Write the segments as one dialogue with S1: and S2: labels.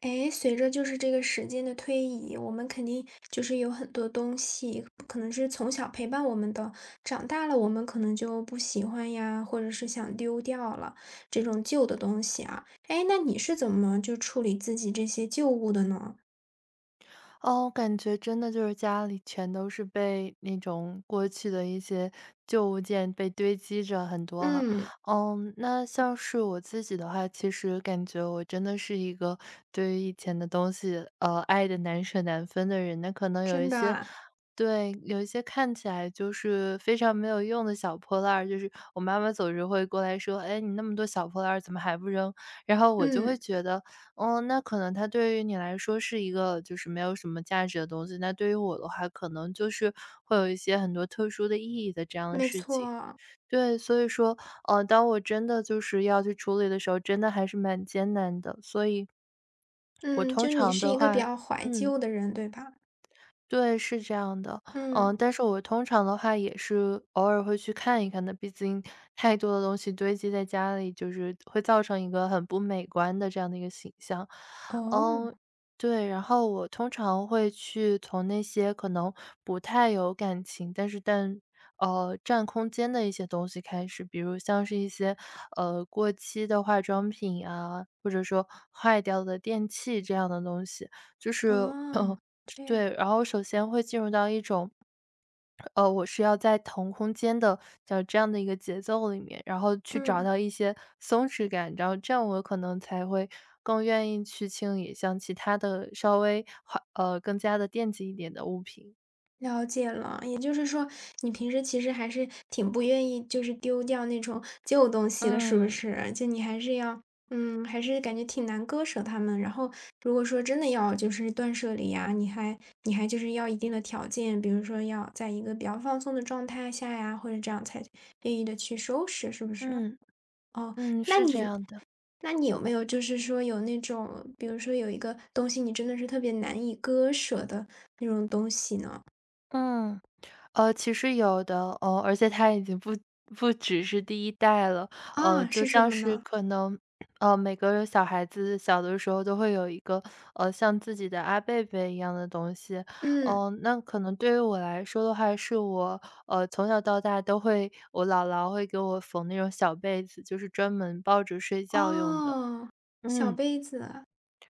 S1: 哎，随着就是这个时间的推移，我们肯定就是有很多东西，可能是从小陪伴我们的，长大了我们可能就不喜欢呀，或者是想丢掉了这种旧的东西啊。哎，那你是怎么就处理自己这些旧物的呢？
S2: 哦，我感觉真的就是家里全都是被那种过去的一些旧物件被堆积着很多哈。
S1: 嗯，
S2: 嗯，那像是我自己的话，其实感觉我真的是一个对于以前的东西，爱的难舍难分的人。那可能有
S1: 真
S2: 一
S1: 的
S2: 些
S1: 啊？
S2: 对，有一些看起来就是非常没有用的小破烂儿，就是我妈妈总是会过来说：“哎，你那么多小破烂儿怎么还不扔？”然后我就会
S1: 嗯，
S2: 觉得哦，那可能它对于你来说是一个就是没有什么价值的东西，那对于我的话，可能就是会有一些很多特殊的意义的这样的
S1: 没
S2: 事情。
S1: 错。
S2: 对，所以说，当我真的就是要去处理的时候，真的还是蛮艰难的。所以我
S1: 嗯，
S2: 通
S1: 就你
S2: 常
S1: 是
S2: 的
S1: 一个比
S2: 话
S1: 较怀
S2: 嗯。
S1: 旧的人，对吧？
S2: 对，是这样的。
S1: 嗯，
S2: 嗯，但是我通常的话也是偶尔会去看一看的，毕竟太多的东西堆积在家里，就是会造成一个很不美观的这样的一个形象。
S1: 哦，
S2: 嗯，对，然后我通常会去从那些可能不太有感情，但是占空间的一些东西开始，比如像是一些过期的化妆品啊，或者说坏掉的电器这样的东西，就是
S1: 哦，这样，
S2: 对，然后首先会进入到一种，我是要在腾空间的叫这样的一个节奏里面，然后去找
S1: 嗯。
S2: 到一些松弛感，然后这样我可能才会更愿意去清理像其他的稍微好更加的惦记一点的物品。
S1: 了解了，也就是说，你平时其实还是挺不愿意，就是丢掉那种旧东西的，是不
S2: 嗯，
S1: 是？就你还是要，嗯，还是感觉挺难割舍它们。然后，如果说真的要就是断舍离呀，你还就是要一定的条件，比如说要在一个比较放松的状态下呀，或者这样才愿意的去收拾，是不是？
S2: 嗯，
S1: 哦，
S2: 嗯，
S1: 那
S2: 是这
S1: 你
S2: 样的，
S1: 那你有没有就是说有那种，比如说有一个东西你真的是特别难以割舍的那种东西呢？
S2: 嗯。其实有的，而且它已经不只是第一代了。
S1: 啊，
S2: 就
S1: 是什
S2: 像
S1: 么
S2: 是
S1: 呢？
S2: 可能，每个小孩子小的时候都会有一个，像自己的阿贝贝一样的东西。
S1: 嗯，
S2: 嗯，那可能对于我来说的话，是我，从小到大都会我姥姥会给我缝那种小被子，就是专门抱着睡觉用的。
S1: 哦，小
S2: 嗯。
S1: 杯子，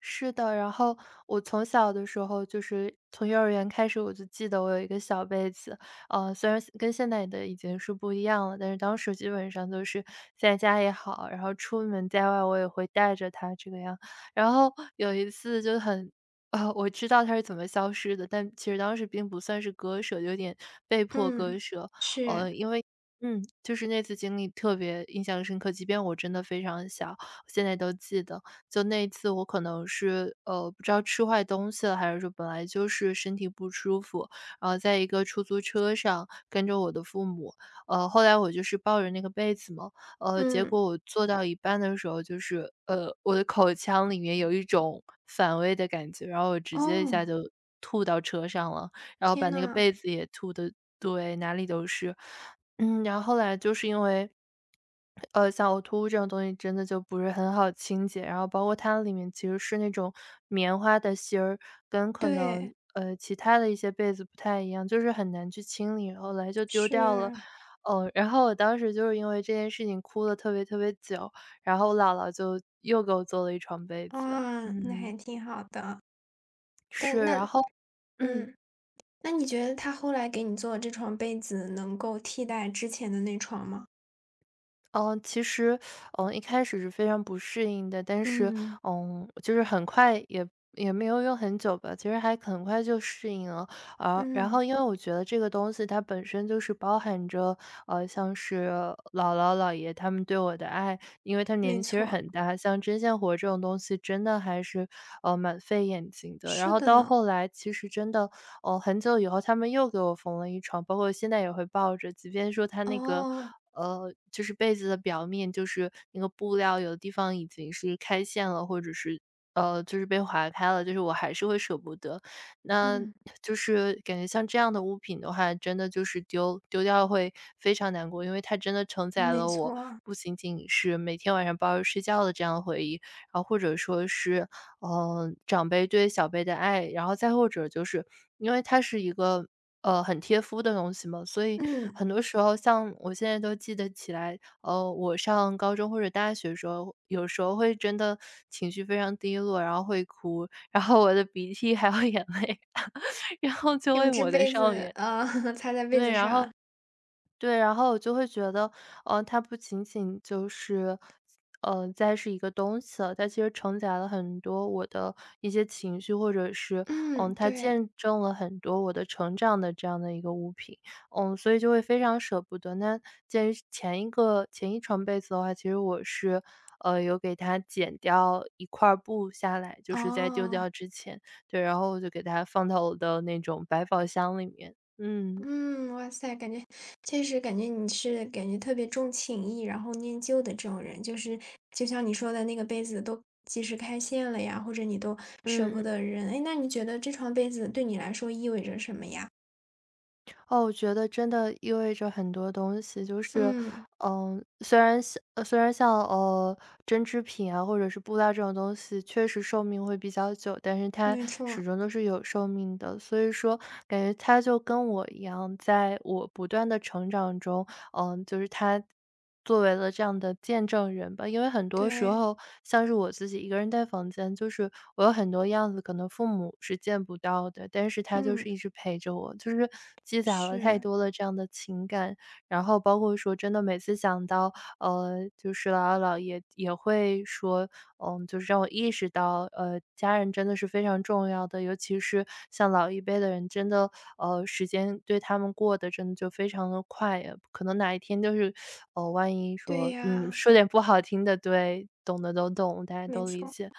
S2: 是的，然后我从小的时候，就是从幼儿园开始，我就记得我有一个小被子，虽然跟现在的已经是不一样了，但是当时基本上都是在家也好，然后出门在外我也会带着它这个样。然后有一次就很，我知道它是怎么消失的，但其实当时并不算是割舍，有点被迫割
S1: 嗯，
S2: 舍，
S1: 是，
S2: 因为。嗯，就是那次经历特别印象深刻，即便我真的非常小，现在都记得。就那一次我可能是，不知道吃坏东西了，还是说本来就是身体不舒服，然后在一个出租车上跟着我的父母，后来我就是抱着那个被子嘛，结
S1: 嗯，
S2: 果我坐到一半的时候，就是，我的口腔里面有一种反胃的感觉，然后我直接一下
S1: 哦，
S2: 就吐到车上了，然后把
S1: 天
S2: 那个
S1: 呐，
S2: 被子也吐的，对，哪里都是。嗯，然后后来就是因为，像呕吐物这种东西真的就不是很好清洁，然后包括它里面其实是那种棉花的芯儿，跟可能，
S1: 对，
S2: 其他的一些被子不太一样，就是很难去清理，后来就丢掉了。
S1: 是，
S2: 哦，然后我当时就是因为这件事情哭了特别特别久，然后我姥姥就又给我做了一床被子。
S1: 啊，那还
S2: 嗯，
S1: 挺好的。但
S2: 是，
S1: 那
S2: 然后嗯。
S1: 嗯，那你觉得他后来给你做的这床被子能够替代之前的那床吗？
S2: 嗯，其实，嗯，一开始是非常不适应的，但是，
S1: 嗯，
S2: 嗯，就是很快也没有用很久吧，其实还很快就适应了。啊，然
S1: 嗯，
S2: 后因为我觉得这个东西它本身就是包含着，像是姥姥姥爷他们对我的爱，因为他们年
S1: 没
S2: 纪其实
S1: 错，
S2: 很大，像针线活这种东西真的还是，蛮费眼睛的。然
S1: 是
S2: 后
S1: 的
S2: 到
S1: 呢。
S2: 后来其实真的，很久以后他们又给我缝了一床，包括现在也会抱着，即便说它那个。
S1: 哦，
S2: 就是被子的表面，就是那个布料，有的地方已经是开线了，或者是就是被划开了，就是我还是会舍不得。那
S1: 嗯，
S2: 就是感觉像这样的物品的话，真的就是丢掉会非常难过，因为它真的承载
S1: 没
S2: 了我
S1: 错，
S2: 不仅仅是每天晚上抱着睡觉的这样的回忆，然后或者说是，嗯，长辈对小辈的爱，然后再或者就是因为它是一个，很贴肤的东西嘛，所以
S1: 嗯，
S2: 很多时候像我现在都记得起来，我上高中或者大学的时候，有时候会真的情绪非常低落，然后会哭，然后我的鼻涕还有眼泪，然后就会
S1: 用这
S2: 抹在
S1: 被
S2: 上
S1: 子，
S2: 面。
S1: 擦在被
S2: 对，
S1: 子
S2: 然
S1: 上。
S2: 后对，然后我就会觉得，它不仅仅就是，嗯，再是一个东西了，它其实承载了很多我的一些情绪，或者是，嗯，
S1: 嗯，
S2: 它
S1: 对。
S2: 见证了很多我的成长的这样的一个物品，嗯，所以就会非常舍不得。那鉴于前一床被子的话，其实我是，有给它剪掉一块儿布下来，就是在丢
S1: 哦，
S2: 掉之前，对，然后我就给它放到我的那种百宝箱里面，嗯。
S1: 嗯，哇塞，感觉确实感觉你是感觉特别重情义，然后念旧的这种人，就是就像你说的那个杯子都及时开线了呀，或者你都舍不
S2: 嗯。
S1: 得扔。哎，那你觉得这床被子对你来说意味着什么呀？
S2: 哦，我觉得真的意味着很多东西，就是，
S1: 嗯，
S2: 嗯，虽然像针织品啊，或者是布料这种东西，确实寿命会比较久，但是它
S1: 没
S2: 始
S1: 错，
S2: 终都是有寿命的。所以说感觉它就跟我一样，在我不断的成长中，嗯，就是它作为了这样的见证人吧。因为很多时
S1: 对，
S2: 候像是我自己一个人在房间，就是我有很多样子，可能父母是见不到的，但是他就
S1: 嗯，
S2: 是一直陪着我，就是积攒了太
S1: 是，
S2: 多的这样的情感。然后包括说真的每次想到，就是姥姥姥爷也会说，嗯，就是让我意识到，家人真的是非常重要的，尤其是像老一辈的人，真的，时间对他们过得真的就非常的快可能哪一天就是，万一
S1: 对
S2: 说嗯，
S1: 呀，
S2: 说点不好听的，对，懂的都懂，大家
S1: 没
S2: 都理
S1: 错，
S2: 解。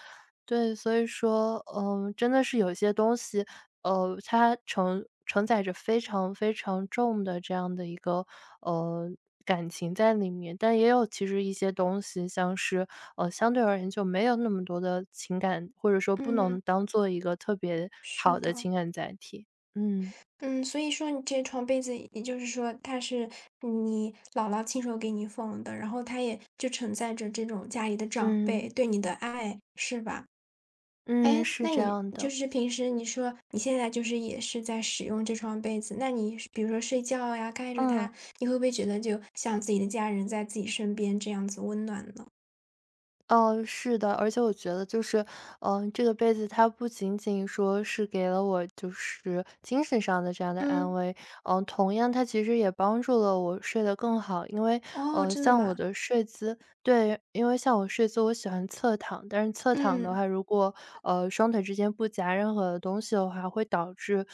S2: 对，所以说，嗯，真的是有一些东西，它承载着非常非常重的这样的一个，呃，感情在里面。但也有其实一些东西，像是，相对而言就没有那么多的情感，或者说不能
S1: 嗯，
S2: 当做一个特别
S1: 是
S2: 好的
S1: 的。
S2: 情感载体。嗯。
S1: 嗯，所以说你这床被子，也就是说它是你姥姥亲手给你缝的，然后它也就承载着这种家里的长辈
S2: 嗯，
S1: 对你的爱，是吧？
S2: 嗯，
S1: 哎，
S2: 是
S1: 那
S2: 这
S1: 你
S2: 样
S1: 就
S2: 的，
S1: 是平时你说你现在就是也是在使用这床被子，那你是比如说睡觉呀，盖着
S2: 嗯。
S1: 它，你会不会觉得就像自己的家人在自己身边这样子温暖呢？
S2: 哦，是的，而且我觉得就是，嗯、这个被子它不仅仅说是给了我就是精神上的这样的安
S1: 嗯，
S2: 慰，嗯、同样它其实也帮助了我睡得更好，因为
S1: 哦，真的
S2: 像我
S1: 吗？
S2: 的睡姿，对，因为像我睡姿，我喜欢侧躺，但是侧躺的
S1: 嗯，
S2: 话，如果双腿之间不夹任何的东西的话，会导致。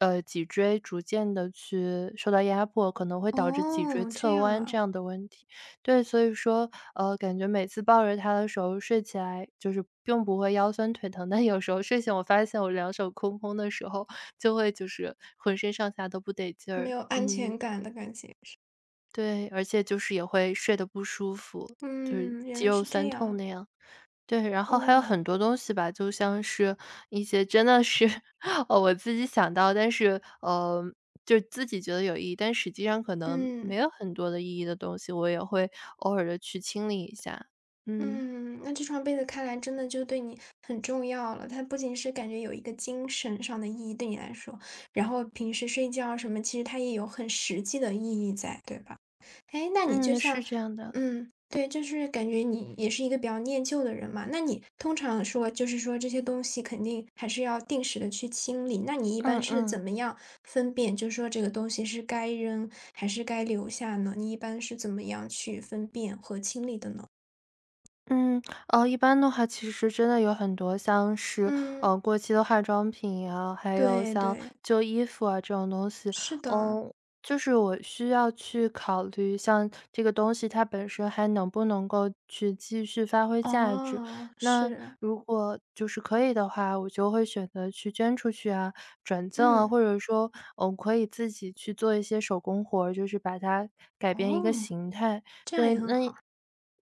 S2: 脊椎逐渐的去受到压迫，可能会导致脊椎
S1: 哦，这
S2: 侧
S1: 样
S2: 弯这
S1: 啊，
S2: 样的问题。对，所以说，感觉每次抱着它的时候睡起来就是并不会腰酸腿疼，但有时候睡醒我发现我两手空空的时候，就会就是浑身上下都不得劲
S1: 没
S2: 儿。
S1: 有安
S2: 嗯，
S1: 全感的感觉是，
S2: 对，而且就是也会睡得不舒服，就是
S1: 嗯，原
S2: 肌
S1: 来
S2: 肉
S1: 是
S2: 酸
S1: 这
S2: 痛
S1: 样。
S2: 那样。对，然后还有
S1: 哦，
S2: 很多东西吧，就像是一些真的是 我自己想到，但是就自己觉得有意义，但实际上可能没
S1: 嗯，
S2: 有很多的意义的东西，我也会偶尔的去清理一下。嗯。
S1: 嗯，那这床被子看来真的就对你很重要了。它不仅是感觉有一个精神上的意义对你来说，然后平时睡觉什么，其实它也有很实际的意义在，对吧？哎，那你就
S2: 嗯，是
S1: 像，
S2: 这样的，
S1: 嗯，对，就是感觉你也是一个比较念旧的人嘛。那你通常说，就是说这些东西肯定还是要定时的去清理。那你一
S2: 嗯
S1: 般是
S2: 嗯。
S1: 怎么样分辨，就是说这个东西是该扔还是该留下呢？你一般是怎么样去分辨和清理的呢？
S2: 嗯，哦，一般的话，其实真的有很多像是，
S1: 嗯。
S2: 过期的化妆品啊，还有
S1: 对
S2: 像
S1: 对，
S2: 旧衣服啊这种东西，
S1: 是的。
S2: 嗯，就是我需要去考虑，像这个东西它本身还能不能够去继续发挥价值。
S1: 哦，
S2: 那
S1: 是，
S2: 如果就是可以的话，我就会选择去捐出去啊、转赠啊，
S1: 嗯，
S2: 或者说，嗯，可以自己去做一些手工活儿，就是把它改变一个
S1: 哦，
S2: 形态。
S1: 这样
S2: 对，
S1: 也很
S2: 那
S1: 好。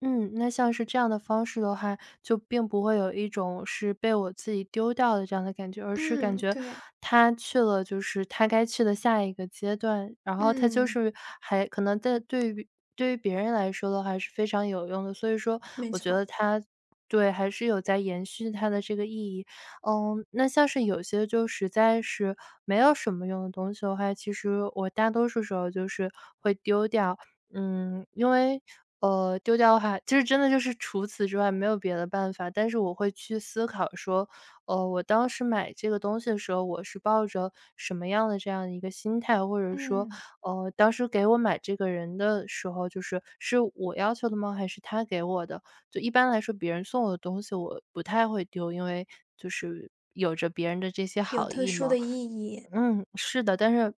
S2: 嗯，那像是这样的方式的话，就并不会有一种是被我自己丢掉的这样的感觉，而是感
S1: 嗯，
S2: 觉
S1: 对，
S2: 他去了就是他该去的下一个阶段，然后他就
S1: 嗯，
S2: 是还可能在对于别人来说的话是非常有用的，所以说
S1: 没
S2: 我觉
S1: 错，
S2: 得他对，还是有在延续它的这个意义。嗯，那像是有些就实在是没有什么用的东西的话，其实我大多数时候就是会丢掉。嗯，因为，丢掉的话，就是真的就是除此之外没有别的办法，但是我会去思考说，我当时买这个东西的时候，我是抱着什么样的这样的一个心态，或者说，
S1: 嗯，
S2: 当时给我买这个人的时候，就是是我要求的吗？还是他给我的？就一般来说，别人送我的东西我不太会丢，因为就是有着别人的这些
S1: 有
S2: 好
S1: 特
S2: 意
S1: 殊
S2: 嘛。
S1: 的意义。
S2: 嗯，是的，但是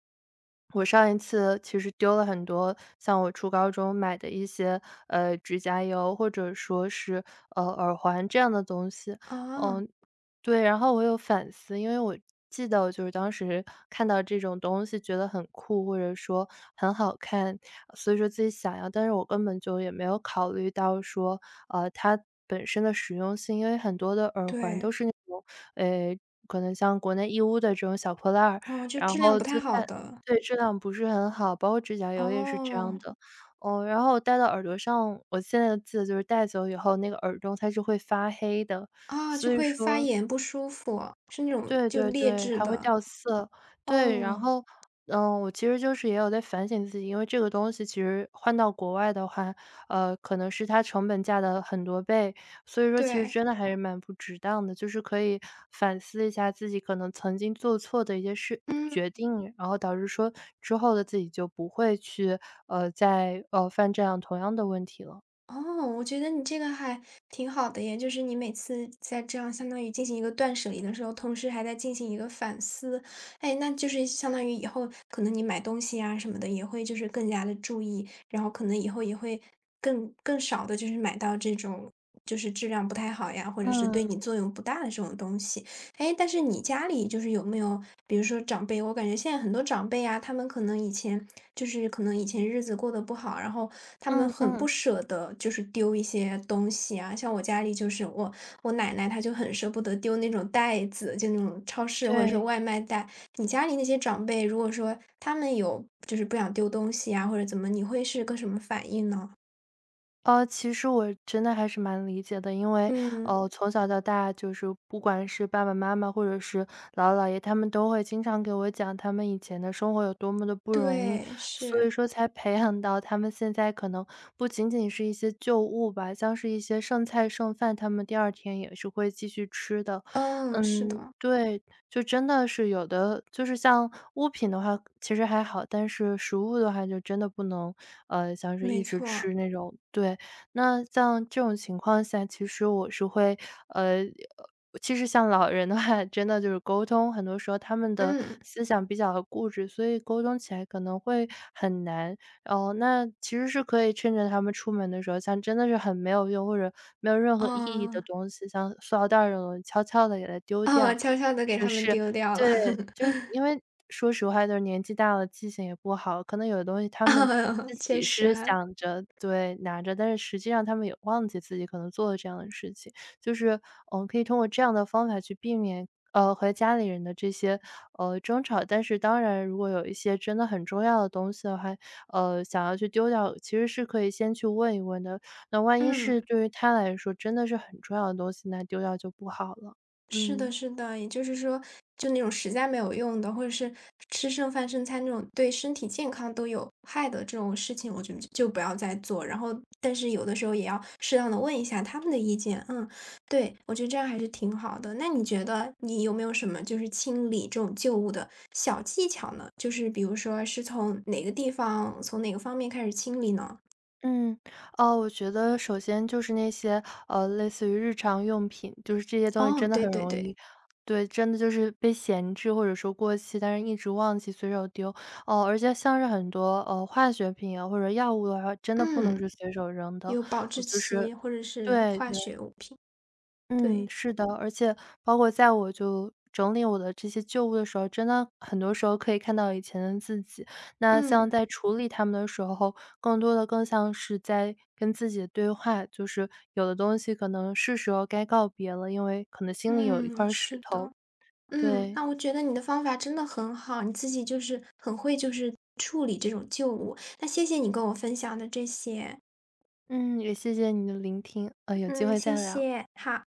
S2: 我上一次其实丢了很多像我初高中买的一些，指甲油或者说是，耳环这样的东西。
S1: 啊，
S2: 嗯，对，然后我有反思，因为我记得我就是当时看到这种东西觉得很酷，或者说很好看，所以说自己想要，但是我根本就也没有考虑到说，它本身的实用性，因为很多的耳环
S1: 对，
S2: 都是那种，呃可能像国内义乌的这种小破烂儿，
S1: 哦，就
S2: 然
S1: 质量
S2: 后
S1: 不太
S2: 就
S1: 好
S2: 戴
S1: 的，
S2: 对，质量不是很好，包括指甲油也是这样
S1: 哦，
S2: 的。哦，然后我戴到耳朵上，我现在记得就是戴久以后，那个耳洞它是会发黑的，
S1: 啊，
S2: 所
S1: 就
S2: 以
S1: 会发
S2: 说
S1: 炎不舒服，是那种
S2: 对
S1: 就
S2: 对
S1: 劣
S2: 对，
S1: 质
S2: 还会
S1: 的，
S2: 掉色。对，然
S1: 哦，
S2: 后，嗯，我其实就是也有在反省自己，因为这个东西其实换到国外的话，可能是它成本价的很多倍，所以说其实
S1: 对，
S2: 真的还是蛮不值当的。就是可以反思一下自己可能曾经做错的一些事
S1: 嗯。
S2: 决定，然后导致说之后的自己就不会去，再,犯这样同样的问题了。
S1: 哦，我觉得你这个还挺好的耶，就是你每次在这样相当于进行一个断舍离的时候，同时还在进行一个反思。哎，那就是相当于以后可能你买东西啊什么的也会就是更加的注意，然后可能以后也会更少的就是买到这种就是质量不太好呀，或者是对
S2: 嗯，
S1: 你作用不大的这种东西。哎，但是你家里就是有没有，比如说长辈，我感觉现在很多长辈啊，他们可能以前就是可能以前日子过得不好，然后他们
S2: 嗯
S1: 很
S2: 嗯，
S1: 不舍得，就是丢一些东西啊。像我家里就是我奶奶，她就很舍不得丢那种袋子，就那种超市或者是
S2: 对。
S1: 外卖袋。你家里那些长辈，如果说他们有就是不想丢东西啊，或者怎么，你会是个什么反应呢？
S2: 其实我真的还是蛮理解的，因为，
S1: 嗯，
S2: 从小到大，就是不管是爸爸妈妈或者是姥姥姥爷，他们都会经常给我讲他们以前的生活有多么的不容易，
S1: 对，
S2: 所
S1: 是，
S2: 以说才培养到他们现在可能不仅仅是一些旧物吧，像是一些剩菜剩饭，他们第二天也是会继续吃的。
S1: 嗯，是
S2: 嗯，
S1: 的，
S2: 对，就真的是有的就是像物品的话其实还好，但是食物的话就真的不能，像是一
S1: 没
S2: 直
S1: 错，
S2: 吃那种对，那像这种情况下，其实我是会呃，其实像老人的话，真的就是沟通，很多时候他们的
S1: 嗯，
S2: 思想比较固执，所以沟通起来可能会很难。哦，那其实是可以趁着他们出门的时候，像真的是很没有用，或者没有任何意义的
S1: 哦。
S2: 东西，像塑料袋儿这种东西，悄悄的给它丢
S1: 哦，
S2: 掉。
S1: 悄悄的给
S2: 者
S1: 它们
S2: 是
S1: 丢掉了。
S2: 对，就是因为说实话就是年纪大了，记性也不好，可能有的东西他
S1: 啊，
S2: 们自
S1: 确
S2: 己
S1: 实
S2: 是
S1: 哈。
S2: 想着对，拿着，但是实际上他们也忘记自己可能做了这样的事情。就是，我们可以通过这样的方法去避免，和家里人的这些，争吵。但是当然如果有一些真的很重要的东西的话，想要去丢掉，其实是可以先去问一问的。那万一是
S1: 嗯，
S2: 对于他来说真的是很重要的东西，那丢掉就不好了。
S1: 是的
S2: 嗯。
S1: 是的，也就是说，就那种实在没有用的，或者是吃剩饭剩菜那种对身体健康都有害的这种事情，我觉得就不要再做。然后但是有的时候也要适当的问一下他们的意见，嗯，对，我觉得这样还是挺好的。那你觉得你有没有什么就是清理这种旧物的小技巧呢？就是比如说是从哪个地方，从哪个方面开始清理呢？
S2: 嗯，哦，我觉得首先就是那些，类似于日常用品，就是这些东西
S1: 哦，
S2: 真的
S1: 对
S2: 很嗯
S1: 对
S2: 容易
S1: 对。
S2: 对，真的就是被闲置或者说过期，但是一直忘记随手丢。哦，而且像是很多，化学品啊，或者药物的话，真的不能
S1: 嗯，
S2: 是随手扔的，
S1: 有保质
S2: 呃就是
S1: 期或者是
S2: 对
S1: 化
S2: 对。
S1: 学物品，
S2: 嗯，
S1: 对，
S2: 是的，而且包括在我就整理我的这些旧物的时候，真的很多时候可以看到以前的自己。那像
S1: 嗯，
S2: 在处理它们的时候，更多的更像是在跟自己对话，就是有的东西可能是时候该告别了，因为可能心里有一
S1: 嗯，
S2: 块石
S1: 是
S2: 头。
S1: 的，嗯，
S2: 对，
S1: 那我觉得你的方法真的很好，你自己就是很会就是处理这种旧物，那谢谢你跟我分享的这些，
S2: 嗯，也谢谢你的聆听，有机
S1: 嗯，
S2: 会
S1: 谢
S2: 再聊。
S1: 谢，好。